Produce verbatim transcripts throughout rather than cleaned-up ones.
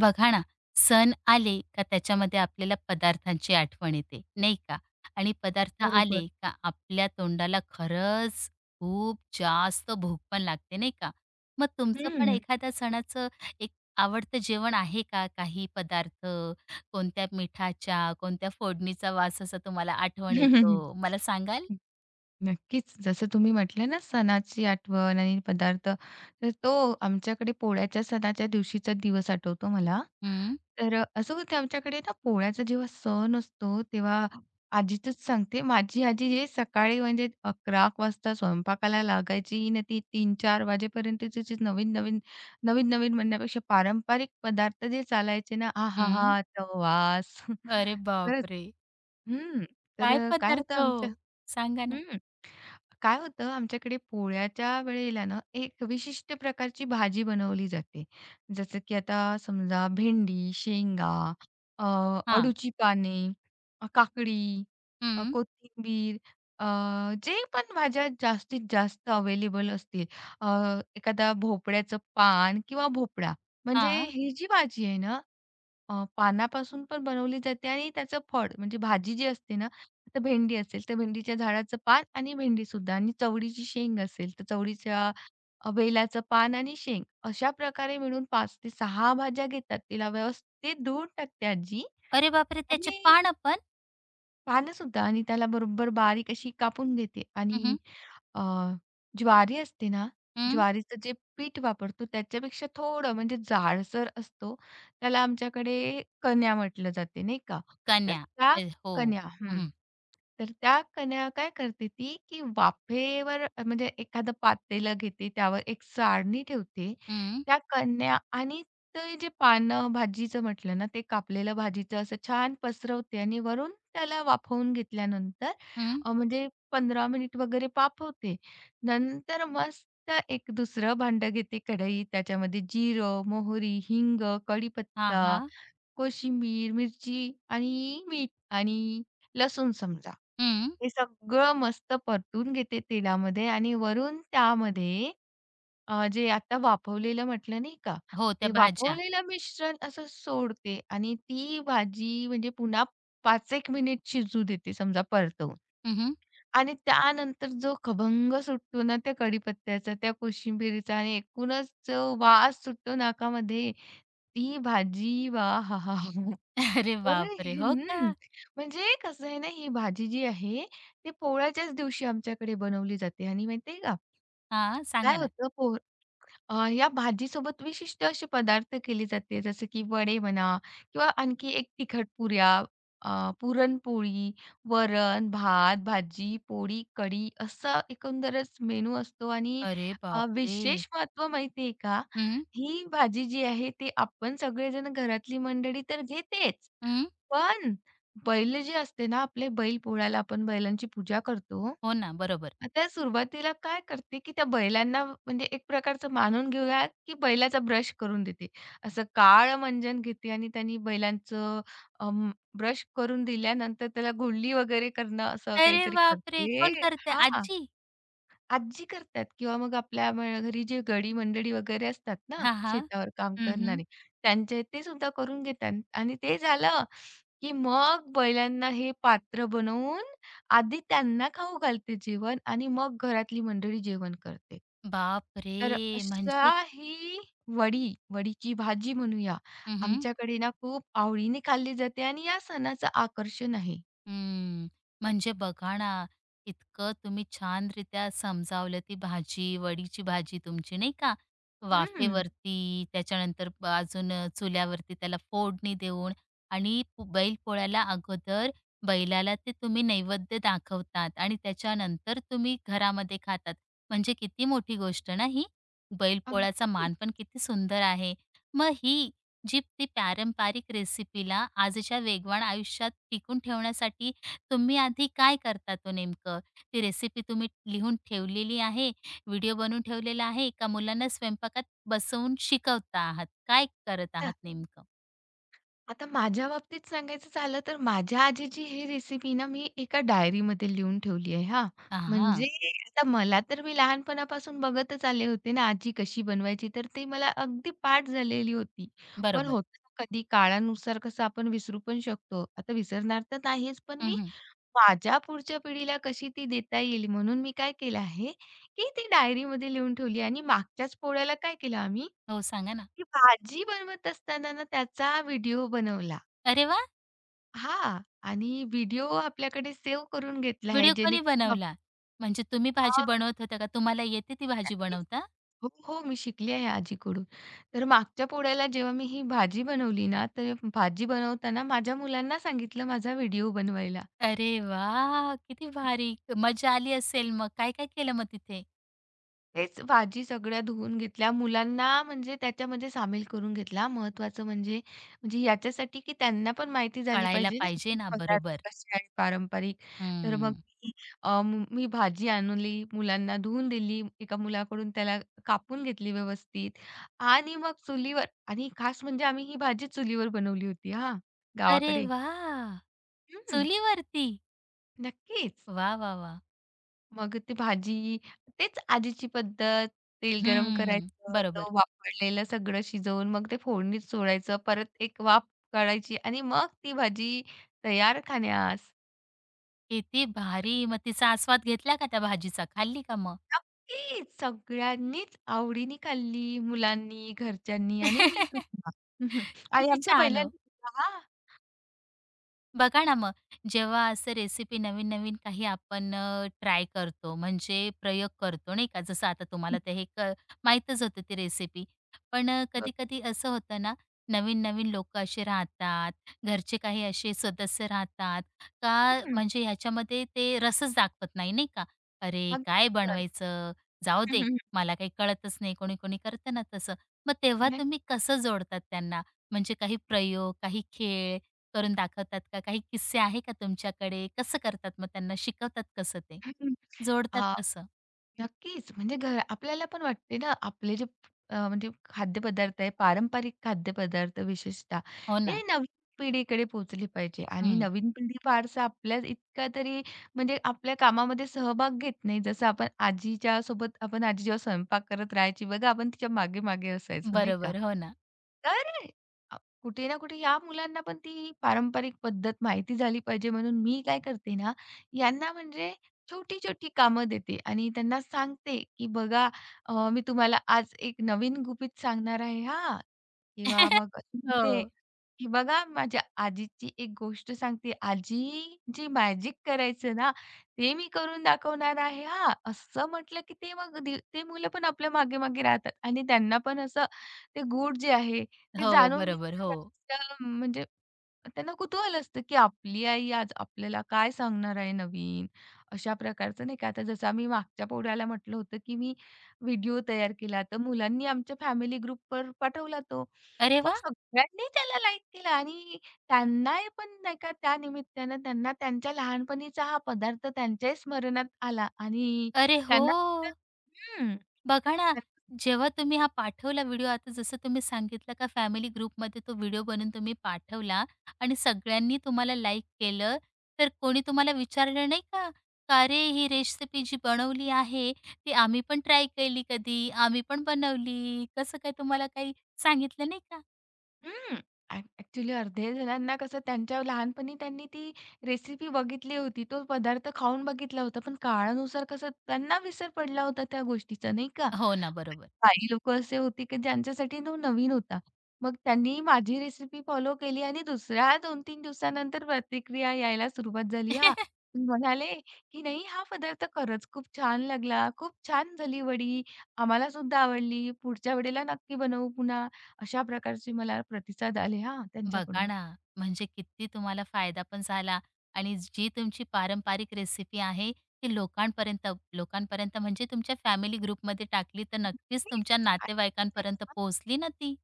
बघा ना, सण आले का त्याच्यामध्ये आपल्याला पदार्थांची आठवण येते, नाही का? आणि पदार्थ बरोबर. आले का आपल्या तोंडाला खरंच खूप जास्त भूक पण लागते, नाही का? मग तुमचं पण हं. एखाद्या सणाचं एक आवडतं जेवण आहे का? काही पदार्थ, कोणत्या मिठाच्या, कोणत्या फोडणीचा वास असा तुम्हाला आठवण येतो? मला सांगाल? नक्कीच. जसं तुम्ही म्हटलं ना, सणाची आठवण आणि पदार्थ, तर तो आमच्याकडे पोळ्याच्या सणाच्या दिवशीचा दिवस आठवतो मला. हं, तर अ, असं होतं आमच्याकडे ना पोळ्याचा जेव्हा सण असतो, तेव्हा आजीचंच सांगते, माझी आजी हे सकाळी म्हणजे अकरा वाजता स्वयंपाकाला लागायची आणि ती तीन चार वाजेपर्यंत तिचे नवीन-नवीन, नवीन-नवीन म्हणण्यापेक्षा पारंपरिक पदार्थ जे चालायचे ना, हं. आहाहा! तो वास. अरे खरंच. बापरे! हं. तर काय अ, काय होतं पदार्थ हो? आमच्या सांगा ना? हं. काय होतं आमच्याकडे पोळ्याच्या वेळेला ना, एक विशिष्ट प्रकारची भाजी बनवली जाते. जसं की आता समजा भेंडी, शेंगा, अ, हां. अळूची पाने, अ, काकडी, अ, हं. कोथिंबीर, अ, जे पण भाज्या जास्तीत जास्त अवेलेबल असतील. अ, एखादा भोपळ्याचं पान किंवा भोपळा. म्हणजे हां. ही जी भाजी आहे ना, अ, पानापासून पण बनवली जाते आणि त्याचं फळ म्हणजे भाजी जी असते ना, तर भेंडी असेल तर भेंडीच्या झाडाचं पान आणि भेंडीसुद्धा आणि चवळीची शेंग असेल तर चवळीच्या अ, वेलाचं पान आणि शेंग अशा प्रकारे मिळून पाच ते सहा भाज्या घेतात. तिला व्यवस्थित धुवून टाकते आजी. अरे बापरे! त्याचे आणि पानं पण? पानंसुद्धा आणि त्याला बरोबर बारीक अशी कापून घेते हं, हं, आणि अ, ज्वारी असते ना, हं. ज्वारीचं जे पीठ वापरतो त्याच्यापेक्षा थोडं म्हणजे जाडसर असतो. त्याला आमच्याकडे कण्या म्हटलं जाते नाही का. तर त्या अ, हो. कण्या हं, हं. हं, तर त्या कण्या काय करते ती, की वाफेवर म्हणजे एखादं पातेलं घेते त्यावर एक चाळणी ठेवते. हं, त्या कण्या आणि तर हे जे पानं भाजीचं म्हटलं ना, ते कापलेलं भाजीचं असं छान पसरवते आणि वरून त्याला वाफवून घेतल्यानंतर हं. अ, म्हणजे पंधरा मिनिट वगैरे वाफवते. नंतर मस्त एक दुसरं भांडं घेते कढई. त्याच्यामध्ये जिरं, मोहरी, हिंग, हां, कढीपत्ता, हां. कोशिंबीर, मिरची आणि मीठ आणि लसूण समजा. हं. हे सगळं मस्त परतून घेते तेलामध्ये आणि वरून त्यामध्ये अ, जे आता वाफवलेलं म्हटलं नाही का, हो, त्या ते भाज्या. वाफवलेलं मिश्रण असं सोडते आणि ती भाजी म्हणजे पुन्हा पाच एक मिनिट शिजू देते समजा परतवून. हं, आणि त्यानंतर जो खभंग सुटतो ना त्या कढीपत्त्याचा, त्या कोशिंबिरीचा आणि एकूणच जो वास सुटतो नाकामध्ये, ती भाजी वाहाहा! अरे तर बापरे! हो हं, का? म्हणजे कसं आहे ना, ही भाजी जी आहे, ती पोळ्याच्याच दिवशी आमच्याकडे बनवली जाते आणि माहिती का, हां, काय सांगा ना. होतं पो अ, या भाजीसोबत विशिष्ट असे पदार्थ केले जाते, जसं की वडे म्हणा किंवा आणखी एक तिखट पुऱ्या, अ, पुरणपोळी, वरण, भात, भाजी, पोळी, कढी असा एकंदरच मेनू असतो आणि अरे अ, बापरे! विशेष महत्त्व माहिती का? हं, ही भाजी जी आहे, ते आपण सगळेजण घरातली मंडळी तर घेतेच, हं. पण बैल जे असते ना, आपले बैल पोळ्याला आपण बैलांची पूजा करतो. हो ना, बरोबर. आता सुरुवातीला काय करते, की त्या बैलांना म्हणजे एक प्रकारचं मानून घेऊयात, की बैलाचा ब्रश करून देते. असं काळं मंजन घेते आणि त्यांनी बैलांचं अं, ब्रश करून दिल्यानंतर त्याला गुळली वगैरे करणं असं अरे काहीतरी बापरे! कोण करते. करते? हां. आजी? आजी करतात किंवा मग आपल्या म घरी जे गडी मंडळी वगैरे असतात ना, हां, हां. शेतावर काम हं, करणारे, त्यांचे ते सुद्धा करून घेतात आणि ते झालं, की मग बैलांना हे पात्र बनवून आधी त्यांना खाऊ घालते जेवण आणि मग घरातली मंडळी जेवण करते. बापरे! तर अशा म्हणजे ही वडी, वडीची भाजी म्हणूया, आमच्याकडे ना खूप आवडीने खाल्ली जाते आणि या सणाचं आकर्षण आहे. हम्म, म्हणजे बघा ना, इतकं तुम्ही छानरित्या समजावलं ती भाजी, वडीची भाजी तुमची नाही का, हं, वाफेवरती, त्याच्यानंतर ब अजून अ, चुल्यावरती त्याला फोडणी देऊन आणि पु बैलपोळ्याला अगोदर बैलाला ते तुम्ही नैवेद्य दाखवतात आणि त्याच्यानंतर तुम्ही घरामध्ये खातात. म्हणजे किती मोठी गोष्ट ना ही. बैलपोळ्याचा अगदी. मान पण किती सुंदर आहे. मग ही जी ती पारंपरिक रेसिपीला आजच्या वेगवान आयुष्यात टिकून ठेवण्यासाठी तुम्ही आधी काय करता तो नेमकं? ती रेसिपी तुम्ही लिहून ठेवलेली आहे, व्हिडिओ बनवून ठेवलेला आहे का मुलांना स्वयंपाकात बसवून शिकवता आहात? काय करत आहात नेमकं? आता माझ्या बाबतीत सांगायचं झालं तर माझ्या आजीची ही रेसिपी ना मी एका डायरीमध्ये लिहून ठेवली आहे हां. आ, म्हणजे आता मला तर मी लहानपणापासून बघतच आले होते ना आजी कशी बनवायची, तर ती मला अगदी पाठ झालेली होती. पण बरोबर. होतं ना कधी काळानुसार कसं आपण विसरू पण शकतो. आता विसरणार तर नाहीच, पण मी हं, माझ्या पुढच्या पिढीला कशी ती देता येईल म्हणून मी काय केलं आहे, की ती डायरीमध्ये लिहून ठेवली आणि मागच्याच पोळ्याला काय केलं आम्ही, हो, सांगा ना. की भाजी बनवत असताना ना त्याचा व्हिडिओ बनवला. अरे वाह! हां. आणि व्हिडिओ आपल्याकडे सेव्ह करून घेतला आहे व्हिडिओ कोणी जेणेकरून बनवला? म्हणजे तुम्ही भाजी हां, बनवत होता का? तुम्हाला येते ती भाजी नक्कीच. बनवता? हो, हो. मी शिकली आहे आजीकडून. तर मागच्या पोळ्याला जेव्हा मी ही भाजी बनवली ना, तर भाजी बनवताना माझ्या मुलांना सांगितलं माझा व्हिडिओ बनवायला. अरे वाह! किती भारी. मजा आली असेल मग. काय-काय केलं मग तिथे? तेच भाजी सगळ्या धुवून घेतल्या. मुलांना म्हणजे त्याच्यामध्ये सामील करून घेतला. महत्त्वाचं म्हणजे, म्हणजे याच्यासाठी की त्यांना पण माहिती झाली कळायला पाहिजे ना, पाहिजे ना, बरोबर. पदार्थ कसे आहेत पारंपरिक. तर मग हं. मी अ, मु- मी भाजी आणली, मुलांना धुवून दिली. एका मुलाकडून त्याला कापून घेतली व्यवस्थित आणि मग चुलीवर आणि खास म्हणजे आम्ही ही भाजी चुलीवर बनवली होती हां, अरे गावाकडे. वा, हं, चुलीवरती. नक्कीच. वाह, वा, वा, मग ती भाजी, तेच आजीची पद्धत, तेल गरम हं, करायचं, बरोबर. तो वापरलेलं सगळं शिजवून मग ते फोडणीत सोडायचं, परत एक वाफ काढायची आणि मग ती भाजी तयार खाण्यास. किती भारी. मग तिचा आस्वाद घेतला का त्या भाजीचा? खाल्ली का मग? नक्कीच सगळ्यांनीच आवडीने खाल्ली, मुलांनी, घरच्यांनी आणि मी सुद्धा. हम्म. आणि किती आमच्या छान ओ. बैलांनी सुद्धा हां. बघा ना मग, जेव्हा असं रेसिपी नवीन-नवीन काही आपण ट्राय करतो, म्हणजे प्रयोग करतो, नाही का. जसं आता तुम्हाला ते हे क माहीतच होतं ती रेसिपी. पण बरोबर. कधी-कधी असं होतं ना, नवीन-नवीन लोक असे राहतात, घरचे काही असे सदस्य राहतात का हं, म्हणजे ह्याच्यामध्ये ते रसच दाखवत नाही, नाही का. "अरे, अगदी काय बरोबर. बनवायचं? जाऊ दे, हं, मला काही कळतच नाही." कोणी-कोणी करतं ना तसं. मग तेव्हा नक्की. तुम्ही कसं जोडतात त्यांना? म्हणजे काही प्रयोग, काही खेळ करून दाखवतात का? काही किस्से आहे का तुमच्याकडे? कसं करतात मग त्यांना शिकवतात कसं ते? हं, जोडतात आ कसं? नक्कीच. म्हणजे घ आपल्याला पण वाटते ना, आपले जे अ, म्हणजे खाद्यपदार्थ आहे, पारंपरिक खाद्यपदार्थ विशेषतः, हो ना. ते नवीन पिढीकडे पोहोचले पाहिजे आणि हं. नवीन पिढी फारसं आपल्या इतका तरी म्हणजे आपल्या कामामध्ये सहभाग घेत नाही. जसं आपण आजीच्या सोबत आपण आजी जेव्हा स्वयंपाक करत राहायची बघा, आपण तिच्या मागे-मागे असायचो नाही का? बरोबर. हो ना. तर अ, कुठे ना कुठे या मुलांना पण ती पारंपरिक पद्धत माहिती झाली पाहिजे म्हणून मी काय करते ना, यांना म्हणजे छोटी-छोटी कामं देते आणि त्यांना सांगते, की "बघा अ, मी तुम्हाला आज एक नवीन गुपित सांगणार आहे हां." किंवा मग ते, हो. की "बघा माझ्या आजीची एक गोष्ट सांगते. आजी जी मॅजिक करायचं ना, ते मी करून दाखवणार आहे हां." असं म्हटलं, की ते मग दी ते मुलं पण आपल्या मागे-मागे राहतात आणि त्यांना पण असं ते गूढ जे आहे ते हो. जाणून बरोबर. हो. घ्यायचं जरासं म्हणजे त्यांना कुतूहल असतं, की आपली आई आज आपल्याला काय सांगणार आहे नवीन? अशा प्रकारचं नाही का, आता जसं आम्ही मागच्या पोळ्याला म्हटलं होतं, की मी व्हिडिओ तयार केला, तर मुलांनी आमच्या फॅमिली ग्रुपवर पाठवला तो. अरे मग वा, सगळ्यांनी त्याला लाईक केला आणि त्यांना हे पण नाही का त्यानिमित्तानं त्यांना त्यांच्या लहानपणीचा हा पदार्थ त्यांच्याही स्मरणात आला आणि अरे हो! त्यांना हं, बघा ना, जेव्हा तुम्ही हा पाठवला व्हिडिओ आता जसं तुम्ही सांगितलं का फॅमिली ग्रुपमध्ये तो व्हिडिओ बनवून तुम्ही पाठवला आणि सगळ्यांनी तुम्हाला लाईक केलं, तर कोणी तुम्हाला विचारलं नाही का? का "अरे, ही रेसिपी जी बनवली आहे, ती आम्ही पण ट्राय केली कधी, आम्ही पण बनवली." कसं काय तुम्हाला काही सांगितलं नाही का? हं. ॲक ॲक्चुअली अर्धे जणांना कसं त्यांच्या लहानपणी त्यांनी ती रेसिपी बघितली होती. तो पदार्थ खाऊन बघितला होता, पण काळानुसार कसं त्यांना विसर पडला होता त्या गोष्टीचा, नाही का? हो ना, बरोबर. काही लोकं असे होते, की ज्यांच्यासाठी तो नवीन होता. मग त्यांनी माझी रेसिपी फॉलो केली आणि दुसऱ्या दोन तीन दिवसानंतर प्रतिक्रिया यायला सुरुवात झाली हा. म्हणाले, की "नाही हा पदार्थ खरंच खूप छान लागला. खूप छान झाली वडी. आम्हाला सुद्धा आवडली. पुढच्या वेळेला नक्की बनवू पुन्हा." अशा प्रकारचे मला प्रतिसाद आले हां बघा त्यांच्याकडून. ना, म्हणजे किती तुम्हाला फायदा पण झाला आणि जी तुमची पारंपरिक रेसिपी आहे, ती लोकांपर्यंत लोकांपर्यंत म्हणजे तुमच्या फॅमिली ग्रुपमध्ये टाकली, तर नक्कीच नक्कीच. तुमच्या आणि म्हणजे नातेवाईकांपर्यंत पोहोचली ना ती.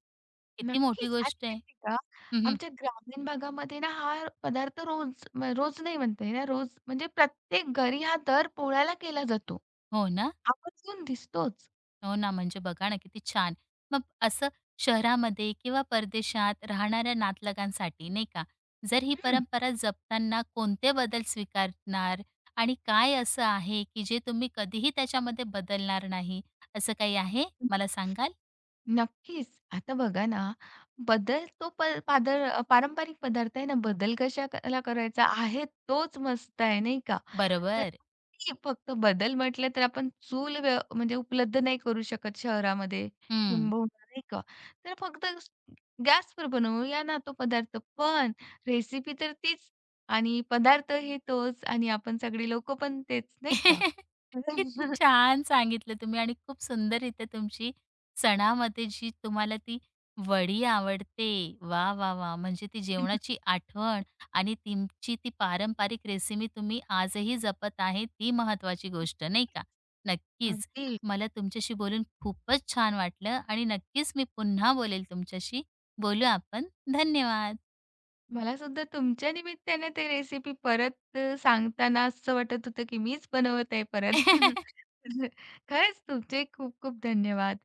किती मोठी नक्कीच आणि गोष्ट आहे. माहिती आहे का, हं, आमच्या ग्रामीण भागामध्ये ना हा पदार्थ रोज म रोज नाही म्हणता येणार, रोज म्हणजे प्रत्येक घरी हा दर पोळ्याला केला जातो. हो ना? आवर्जून दिसतोच. हो ना, म्हणजे बघा ना, किती छान. मग असं शहरामध्ये किंवा परदेशात राहणाऱ्या नातलगांसाठी नाही का, जर ही हं. परंपरा जपताना कोणते बदल स्वीकारणार आणि काय असं आहे, की जे तुम्ही कधीही त्याच्यामध्ये बदलणार नाही, असं काही आहे? मला सांगाल? नक्कीच. आता बघा ना, बदल तो प पादर पारंपरिक पदार्थ आहे ना, बदल कशाला करायचा आहे तोच मस्त आहे, नाही का? तर बरोबर. ते फक्त बदल म्हटलं तर आपण चूल व्य म्हणजे उपलब्ध नाही करू शकत शहरामध्ये हं. किंबहुना, नाही का? तर फक्त गॅसवर बनवूया ना तो पदार्थ. पण रेसिपी तर तीच आणि पदार्थ हे तोच आणि आपण सगळी लोकं पण तेच, नाही का? किती छान सांगितलं तुम्ही आणि खूप सुंदररीत्या तुमची सणामध्ये जी तुम्हाला ती वडी आवडते. वा, वा, वाह! म्हणजे ती जेवणाची आठवण आणि तुमची ती पारंपरिक रेसिपी तुम्ही आजही जपत आहे, ती महत्वाची गोष्ट नाही का? नक्कीच. अगदी. मला तुमच्याशी बोलून खूपच छान वाटलं आणि नक्कीच मी पुन्हा बोलेल तुमच्याशी. बोलू आपण. धन्यवाद. मला सुद्धा तुमच्या निमित्ताने ते रेसिपी परत अ, सांगताना असं वाटत होतं, की मीच बनवत आहे परत. खरंच तुमचे खूप खूप धन्यवाद.